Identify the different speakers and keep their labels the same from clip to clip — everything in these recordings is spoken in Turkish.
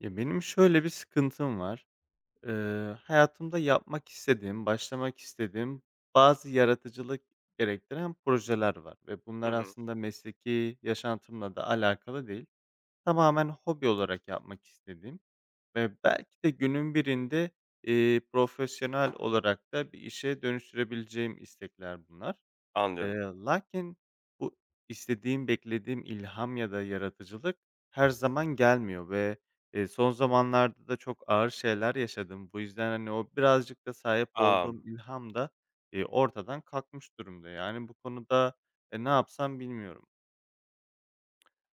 Speaker 1: Ya, benim şöyle bir sıkıntım var. Hayatımda yapmak istediğim, başlamak istediğim bazı yaratıcılık gerektiren projeler var ve
Speaker 2: Hı
Speaker 1: bunlar
Speaker 2: hı.
Speaker 1: aslında mesleki yaşantımla da alakalı değil. Tamamen hobi olarak yapmak istediğim ve belki de günün birinde, profesyonel olarak da bir işe dönüştürebileceğim istekler bunlar.
Speaker 2: Anlıyorum.
Speaker 1: Lakin bu istediğim, beklediğim ilham ya da yaratıcılık her zaman gelmiyor ve son zamanlarda da çok ağır şeyler yaşadım. Bu yüzden, hani, o birazcık da sahip
Speaker 2: A!
Speaker 1: olduğum ilham da ortadan kalkmış durumda. Yani, bu konuda, ne yapsam bilmiyorum.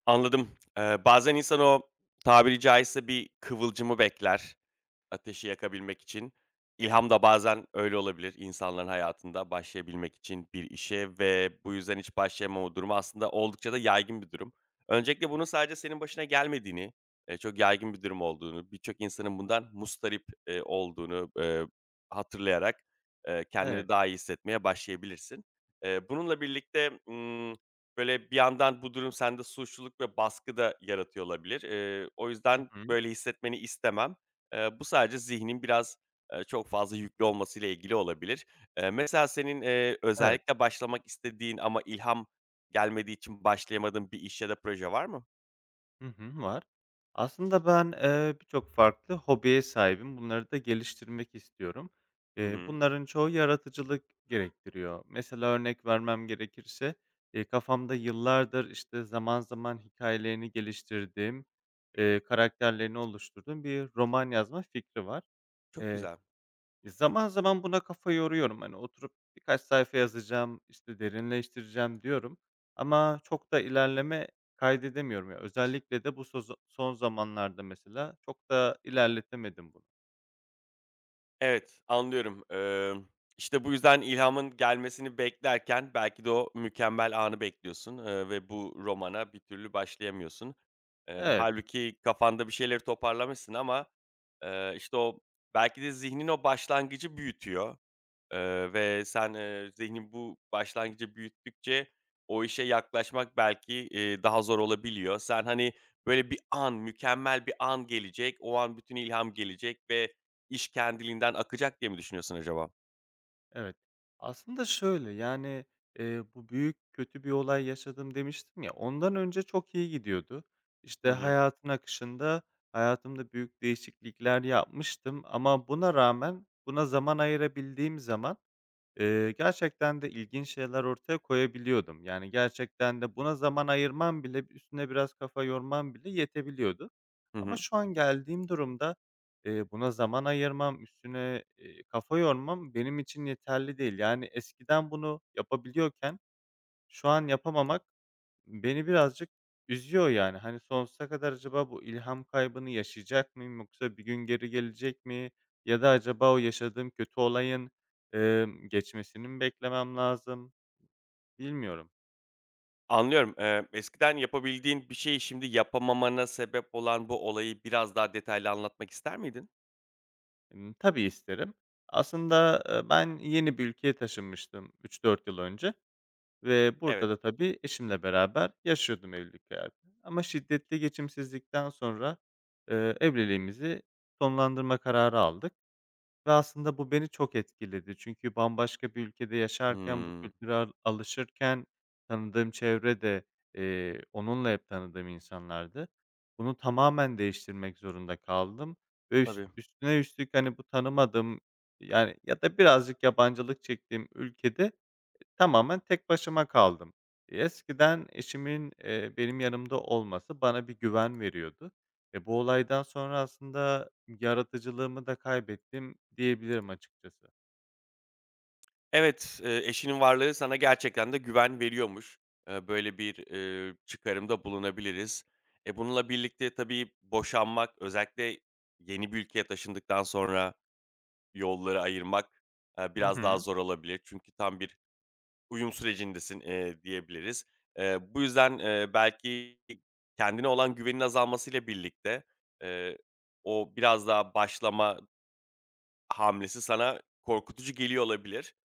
Speaker 2: Anladım. Bazen insan o, tabiri caizse, bir kıvılcımı bekler. Ateşi yakabilmek için. İlham da bazen öyle olabilir insanların hayatında başlayabilmek için bir işe, ve bu yüzden hiç başlayamama durumu aslında oldukça da yaygın bir durum. Öncelikle bunun sadece senin başına gelmediğini, çok yaygın bir durum olduğunu, birçok insanın bundan mustarip olduğunu, hatırlayarak, kendini
Speaker 1: Evet.
Speaker 2: daha iyi hissetmeye başlayabilirsin. Bununla birlikte, böyle, bir yandan bu durum sende suçluluk ve baskı da yaratıyor olabilir. O
Speaker 1: Hı
Speaker 2: yüzden
Speaker 1: hı.
Speaker 2: böyle hissetmeni istemem. Bu sadece zihnin biraz, çok fazla yüklü olmasıyla ilgili olabilir. Mesela senin,
Speaker 1: Evet.
Speaker 2: özellikle başlamak istediğin ama ilham gelmediği için başlayamadığın bir iş ya da proje var mı?
Speaker 1: Hı hı, var. Aslında ben, birçok farklı hobiye sahibim. Bunları da geliştirmek istiyorum.
Speaker 2: Hı hı.
Speaker 1: Bunların çoğu yaratıcılık gerektiriyor. Mesela örnek vermem gerekirse, kafamda yıllardır, işte, zaman zaman hikayelerini geliştirdiğim, karakterlerini oluşturduğum bir roman yazma fikri var.
Speaker 2: Çok güzel.
Speaker 1: E, zaman zaman buna kafa yoruyorum. Hani, oturup birkaç sayfa yazacağım, işte, derinleştireceğim diyorum ama çok da ilerleme kaydedemiyorum. Ya, özellikle de bu soza son zamanlarda mesela çok da ilerletemedim bunu.
Speaker 2: Evet, anlıyorum. İşte, bu yüzden ilhamın gelmesini beklerken belki de o mükemmel anı bekliyorsun, ve bu romana bir türlü başlayamıyorsun.
Speaker 1: Evet,
Speaker 2: Hâlbuki kafanda bir şeyleri toparlamışsın ama, işte, o belki de zihnin o başlangıcı büyütüyor. Ve sen, zihnin bu başlangıcı büyüttükçe o işe yaklaşmak belki, daha zor olabiliyor. Sen, hani, böyle bir an, mükemmel bir an gelecek, o an bütün ilham gelecek ve iş kendiliğinden akacak diye mi düşünüyorsun acaba?
Speaker 1: evet. Aslında şöyle, yani, bu büyük, kötü bir olay yaşadım demiştim ya, ondan önce çok iyi gidiyordu.
Speaker 2: Hı
Speaker 1: İşte,
Speaker 2: hı.
Speaker 1: hayatın akışında hayatımda büyük değişiklikler yapmıştım ama buna rağmen buna zaman ayırabildiğim zaman gerçekten de ilginç şeyler ortaya koyabiliyordum. Yani, gerçekten de buna zaman ayırmam bile, üstüne biraz kafa yormam bile yetebiliyordu.
Speaker 2: Hı
Speaker 1: Ama
Speaker 2: hı.
Speaker 1: şu an geldiğim durumda, buna zaman ayırmam, üstüne, kafa yormam benim için yeterli değil. Yani, eskiden bunu yapabiliyorken şu an yapamamak beni birazcık üzüyor yani. Hani, sonsuza kadar acaba bu ilham kaybını yaşayacak mıyım yoksa bir gün geri gelecek mi? Ya da acaba o yaşadığım kötü olayın, geçmesini mi beklemem lazım? Bilmiyorum.
Speaker 2: Anlıyorum. Eskiden yapabildiğin bir şeyi şimdi yapamamana sebep olan bu olayı biraz daha detaylı anlatmak ister miydin?
Speaker 1: Tabii isterim. Aslında, ben yeni bir ülkeye taşınmıştım 3-4 yıl önce ve
Speaker 2: Evet.
Speaker 1: burada da tabii eşimle beraber yaşıyordum evlilik hayatı ama şiddetli geçimsizlikten sonra, evliliğimizi sonlandırma kararı aldık. Ve aslında bu beni çok etkiledi. Çünkü bambaşka bir ülkede yaşarken, bu
Speaker 2: Hımm.
Speaker 1: kültüre alışırken tanıdığım çevre de, onunla hep tanıdığım insanlardı. Bunu tamamen değiştirmek zorunda kaldım ve üst
Speaker 2: Tabii.
Speaker 1: üstüne üstlük, hani, bu tanımadığım, yani, ya da birazcık yabancılık çektiğim ülkede, e, tamamen tek başıma kaldım. Eskiden eşimin, benim yanımda olması bana bir güven veriyordu. E, bu olaydan sonra aslında yaratıcılığımı da kaybettim diyebilirim açıkçası.
Speaker 2: Evet, eşinin varlığı sana gerçekten de güven veriyormuş. Böyle bir, çıkarımda bulunabiliriz. E, bununla birlikte tabii boşanmak, özellikle yeni bir ülkeye taşındıktan sonra yolları ayırmak,
Speaker 1: Hı
Speaker 2: biraz daha
Speaker 1: hı.
Speaker 2: zor olabilir. Çünkü tam bir uyum sürecindesin, diyebiliriz. Bu yüzden, belki kendine olan güvenin azalmasıyla birlikte, eee, o biraz daha başlama hamlesi sana korkutucu geliyor olabilir.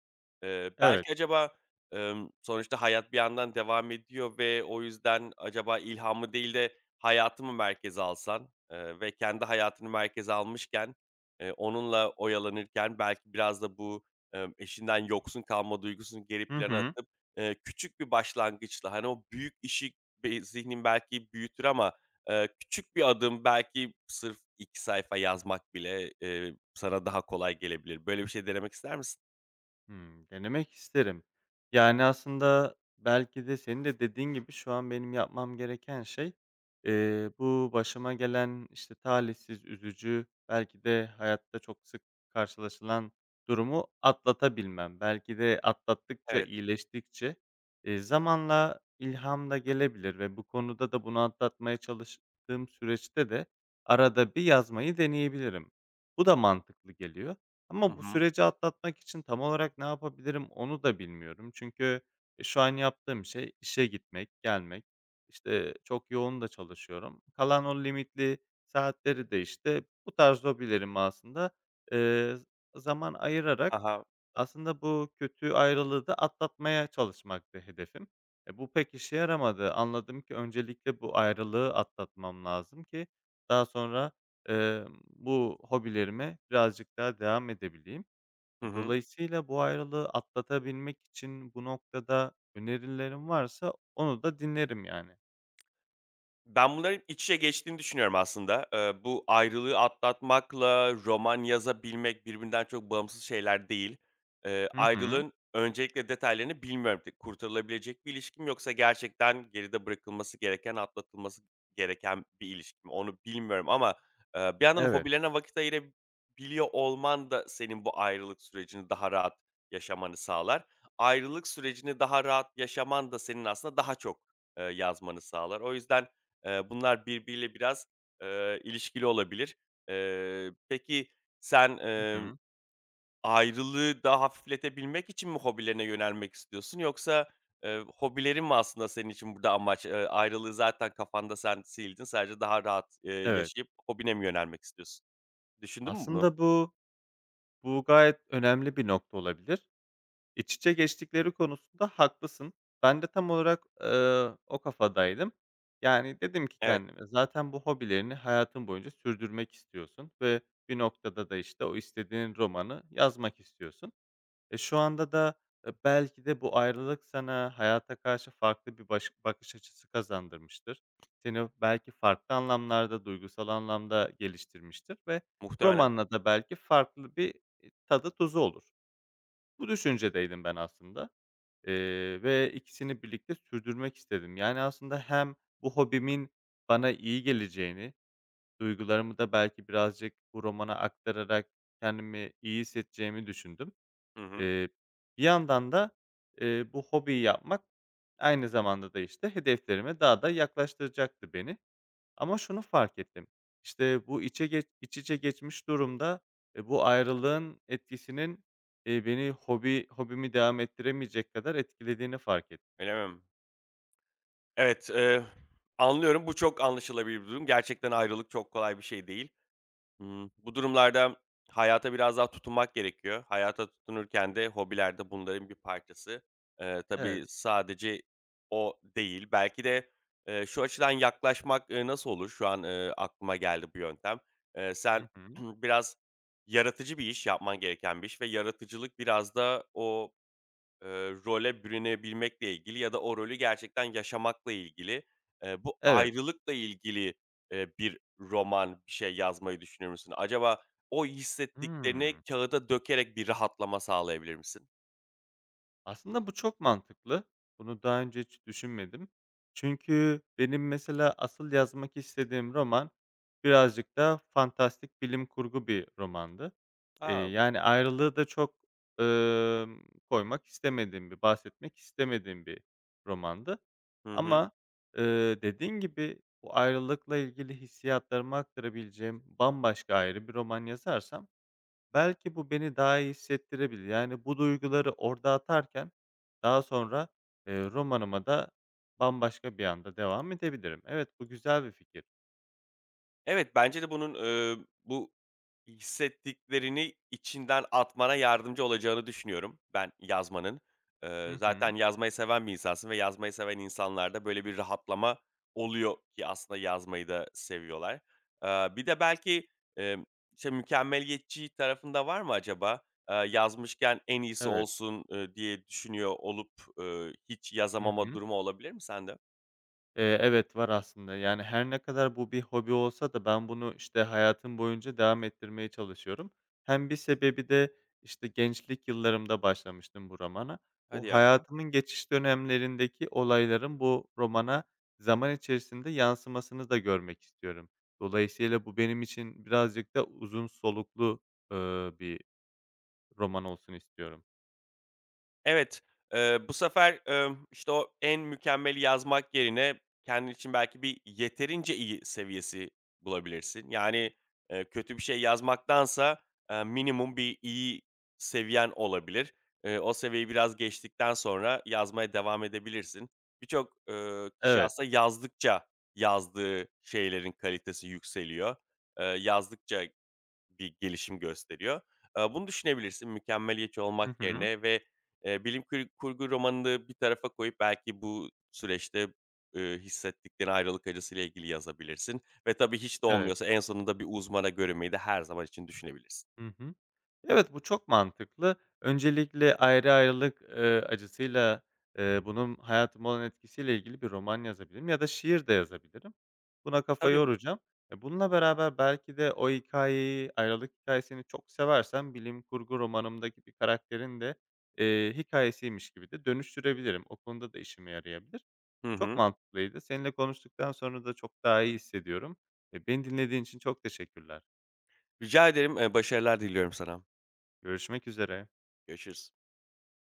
Speaker 1: Evet.
Speaker 2: Belki acaba, sonuçta hayat bir yandan devam ediyor ve o yüzden acaba ilhamı değil de hayatı mı merkeze alsan, ve kendi hayatını merkeze almışken, onunla oyalanırken belki biraz da bu, eşinden yoksun kalma duygusunu geri
Speaker 1: Hı
Speaker 2: plana
Speaker 1: hı.
Speaker 2: atıp, küçük bir başlangıçla, hani, o büyük işi be zihnin belki büyütür ama, küçük bir adım, belki sırf 2 sayfa yazmak bile, sana daha kolay gelebilir. Böyle bir şey denemek ister misin?
Speaker 1: Hımm, denemek isterim. Yani, aslında belki de senin de dediğin gibi şu an benim yapmam gereken şey, bu başıma gelen, işte, talihsiz, üzücü, belki de hayatta çok sık karşılaşılan durumu atlatabilmem. Belki de atlattıkça,
Speaker 2: Evet.
Speaker 1: iyileştikçe, zamanla ilham da gelebilir ve bu konuda da bunu atlatmaya çalıştığım süreçte de arada bir yazmayı deneyebilirim. Bu da mantıklı geliyor.
Speaker 2: Hı
Speaker 1: Ama bu
Speaker 2: hı.
Speaker 1: süreci atlatmak için tam olarak ne yapabilirim onu da bilmiyorum. Çünkü, e, şu an yaptığım şey işe gitmek, gelmek. İşte, çok yoğun da çalışıyorum. Kalan o limitli saatleri de, işte, bu tarz hobilerime aslında, eee, zaman ayırarak
Speaker 2: Aha ha.
Speaker 1: aslında bu kötü ayrılığı da atlatmaya çalışmaktı hedefim. E, bu pek işe yaramadı. Anladım ki öncelikle bu ayrılığı atlatmam lazım ki daha sonra bu hobilerime birazcık daha devam edebileyim.
Speaker 2: Hı
Speaker 1: E,
Speaker 2: hı.
Speaker 1: dolayısıyla bu ayrılığı atlatabilmek için bu noktada önerilerim varsa onu da dinlerim yani.
Speaker 2: Ben bunların iç içe geçtiğini düşünüyorum aslında. Bu ayrılığı atlatmakla roman yazabilmek birbirinden çok bağımsız şeyler değil.
Speaker 1: Hı hı.
Speaker 2: Ayrılığın öncelikle detaylarını bilmiyorum. T kurtarılabilecek bir ilişki yoksa gerçekten geride bırakılması gereken, atlatılması gereken bir ilişki. Onu bilmiyorum ama, bir yandan
Speaker 1: Evet.
Speaker 2: hobilerine vakit ayırabiliyor olman da senin bu ayrılık sürecini daha rahat yaşamanı sağlar. Ayrılık sürecini daha rahat yaşaman da senin aslında daha çok, yazmanı sağlar. O yüzden, bunlar birbiriyle biraz, ilişkili olabilir. Peki sen,
Speaker 1: Hı hı.
Speaker 2: ayrılığı daha hafifletebilmek için mi hobilerine yönelmek istiyorsun, yoksa, hobilerin mi aslında senin için burada amaç? Ayrılığı zaten kafanda sen sildin, sadece daha rahat,
Speaker 1: Evet.
Speaker 2: yaşayıp hobine mi yönelmek istiyorsun? Düşündün mü bunu?
Speaker 1: Aslında bu gayet önemli bir nokta olabilir. E, İç içe geçtikleri konusunda haklısın. Ben de tam olarak, o kafadaydım. Yani, dedim ki
Speaker 2: Evet,
Speaker 1: kendime, zaten bu hobilerini hayatın boyunca sürdürmek istiyorsun ve bir noktada da, işte, o istediğin romanı yazmak istiyorsun. E, şu anda da, belki de bu ayrılık sana hayata karşı farklı bir bakış açısı kazandırmıştır. Seni belki farklı anlamlarda, duygusal anlamda geliştirmiştir ve
Speaker 2: muhtemelen.
Speaker 1: romanla da belki farklı bir, tadı tuzu olur. Bu düşüncedeydim ben aslında. Ve ikisini birlikte sürdürmek istedim. Yani, aslında hem bu hobimin bana iyi geleceğini, duygularımı da belki birazcık bu romana aktararak kendimi iyi hissedeceğimi düşündüm.
Speaker 2: Hı hı.
Speaker 1: Eee, Bir yandan da, bu hobiyi yapmak aynı zamanda da, işte, hedeflerime daha da yaklaştıracaktı beni. Ama şunu fark ettim, işte, bu içe geç iç içe geçmiş durumda, bu ayrılığın etkisinin, beni hobimi devam ettiremeyecek kadar etkilediğini fark ettim.
Speaker 2: Öyle mi? Evet, anlıyorum. Bu çok anlaşılabilir bir durum. Gerçekten ayrılık çok kolay bir şey değil. Hımm. Bu durumlarda hayata biraz daha tutunmak gerekiyor. Hayata tutunurken de hobiler de bunların bir parçası. Tabii
Speaker 1: Evet.
Speaker 2: sadece o değil. Belki de, şu açıdan yaklaşmak, nasıl olur? Şu an, aklıma geldi bu yöntem.
Speaker 1: Hı
Speaker 2: Sen
Speaker 1: hı.
Speaker 2: biraz yaratıcı bir iş, yapman gereken bir iş, ve yaratıcılık biraz da o role bürünebilmekle ilgili, ya da o rolü gerçekten yaşamakla ilgili, bu
Speaker 1: Evet.
Speaker 2: ayrılıkla ilgili, bir roman, bir şey yazmayı düşünür müsün? Acaba o hissettiklerini
Speaker 1: Hımm.
Speaker 2: kağıda dökerek bir rahatlama sağlayabilir misin?
Speaker 1: Aslında bu çok mantıklı. Bunu daha önce hiç düşünmedim. Çünkü benim mesela asıl yazmak istediğim roman birazcık da fantastik bilim kurgu bir romandı.
Speaker 2: A!
Speaker 1: Yani ayrılığı da çok, ımm, koymak istemediğim bir, bahsetmek istemediğim bir romandı.
Speaker 2: Hı hı.
Speaker 1: Ama, dediğin gibi bu ayrılıkla ilgili hissiyatlarımı aktarabileceğim bambaşka ayrı bir roman yazarsam belki bu beni daha iyi hissettirebilir. Yani bu duyguları orada atarken daha sonra, romanıma da bambaşka bir anda devam edebilirim. Evet, bu güzel bir fikir.
Speaker 2: Evet, bence de bunun, bu hissettiklerini içinden atmana yardımcı olacağını düşünüyorum, ben yazmanın.
Speaker 1: Hı hı.
Speaker 2: Zaten yazmayı seven bir insansın, ve yazmayı seven insanlarda böyle bir rahatlama oluyor ki aslında yazmayı da seviyorlar. Bir de belki, emm, işte, mükemmeliyetçi tarafın var mı acaba? Yazmışken en iyisi
Speaker 1: Evet.
Speaker 2: olsun, diye düşünüyor olup, hiç
Speaker 1: Hı
Speaker 2: yazamama
Speaker 1: hı.
Speaker 2: durumu olabilir mi sende?
Speaker 1: Evet, var aslında. Yani, her ne kadar bu bir hobi olsa da ben bunu, işte, hayatım boyunca devam ettirmeye çalışıyorum. Hem bir sebebi de, işte, gençlik yıllarımda başlamıştım bu romana. Bu
Speaker 2: Hadi ya.
Speaker 1: hayatımın geçiş dönemlerindeki olayların bu romana zaman içerisinde yansımasını da görmek istiyorum. Dolayısıyla bu benim için birazcık da uzun soluklu, bir roman olsun istiyorum.
Speaker 2: Evet, bu sefer, işte, o en mükemmeli yazmak yerine kendin için belki bir yeterince iyi seviyesi bulabilirsin. Yani, kötü bir şey yazmaktansa, minimum bir iyi seviyen olabilir. O seviyeyi biraz geçtikten sonra yazmaya devam edebilirsin. Birçok, kişi
Speaker 1: Evet.
Speaker 2: aslında yazdıkça yazdığı şeylerin kalitesi yükseliyor. Yazdıkça bir gelişim gösteriyor. Bunu düşünebilirsin mükemmeliyetçi olmak
Speaker 1: Hı hı.
Speaker 2: yerine, ve, bilim kür kurgu romanını bir tarafa koyup belki bu süreçte, hissettikleri ayrılık acısıyla ilgili yazabilirsin, ve tabii hiç de
Speaker 1: Evet.
Speaker 2: olmuyorsa en sonunda bir uzmana görünmeyi de her zaman için düşünebilirsin.
Speaker 1: Hı hı. Evet, bu çok mantıklı. Öncelikle ayrılık, acısıyla, bunun hayatıma olan etkisiyle ilgili bir roman yazabilirim ya da şiir de yazabilirim. Buna kafa
Speaker 2: Tabii.
Speaker 1: yoracağım. E, bununla beraber belki de o hikâyeyi, ayrılık hikayesini çok seversem bilim kurgu romanımdaki bir karakterin de, hikâyesiymiş gibi de dönüştürebilirim. O konuda da işime yarayabilir.
Speaker 2: Hı
Speaker 1: Çok
Speaker 2: hı.
Speaker 1: mantıklıydı. Seninle konuştuktan sonra da çok daha iyi hissediyorum. E, beni dinlediğin için çok teşekkürler.
Speaker 2: Rica ederim, başarılar diliyorum sana.
Speaker 1: Görüşmek üzere.
Speaker 2: Görüşürüz.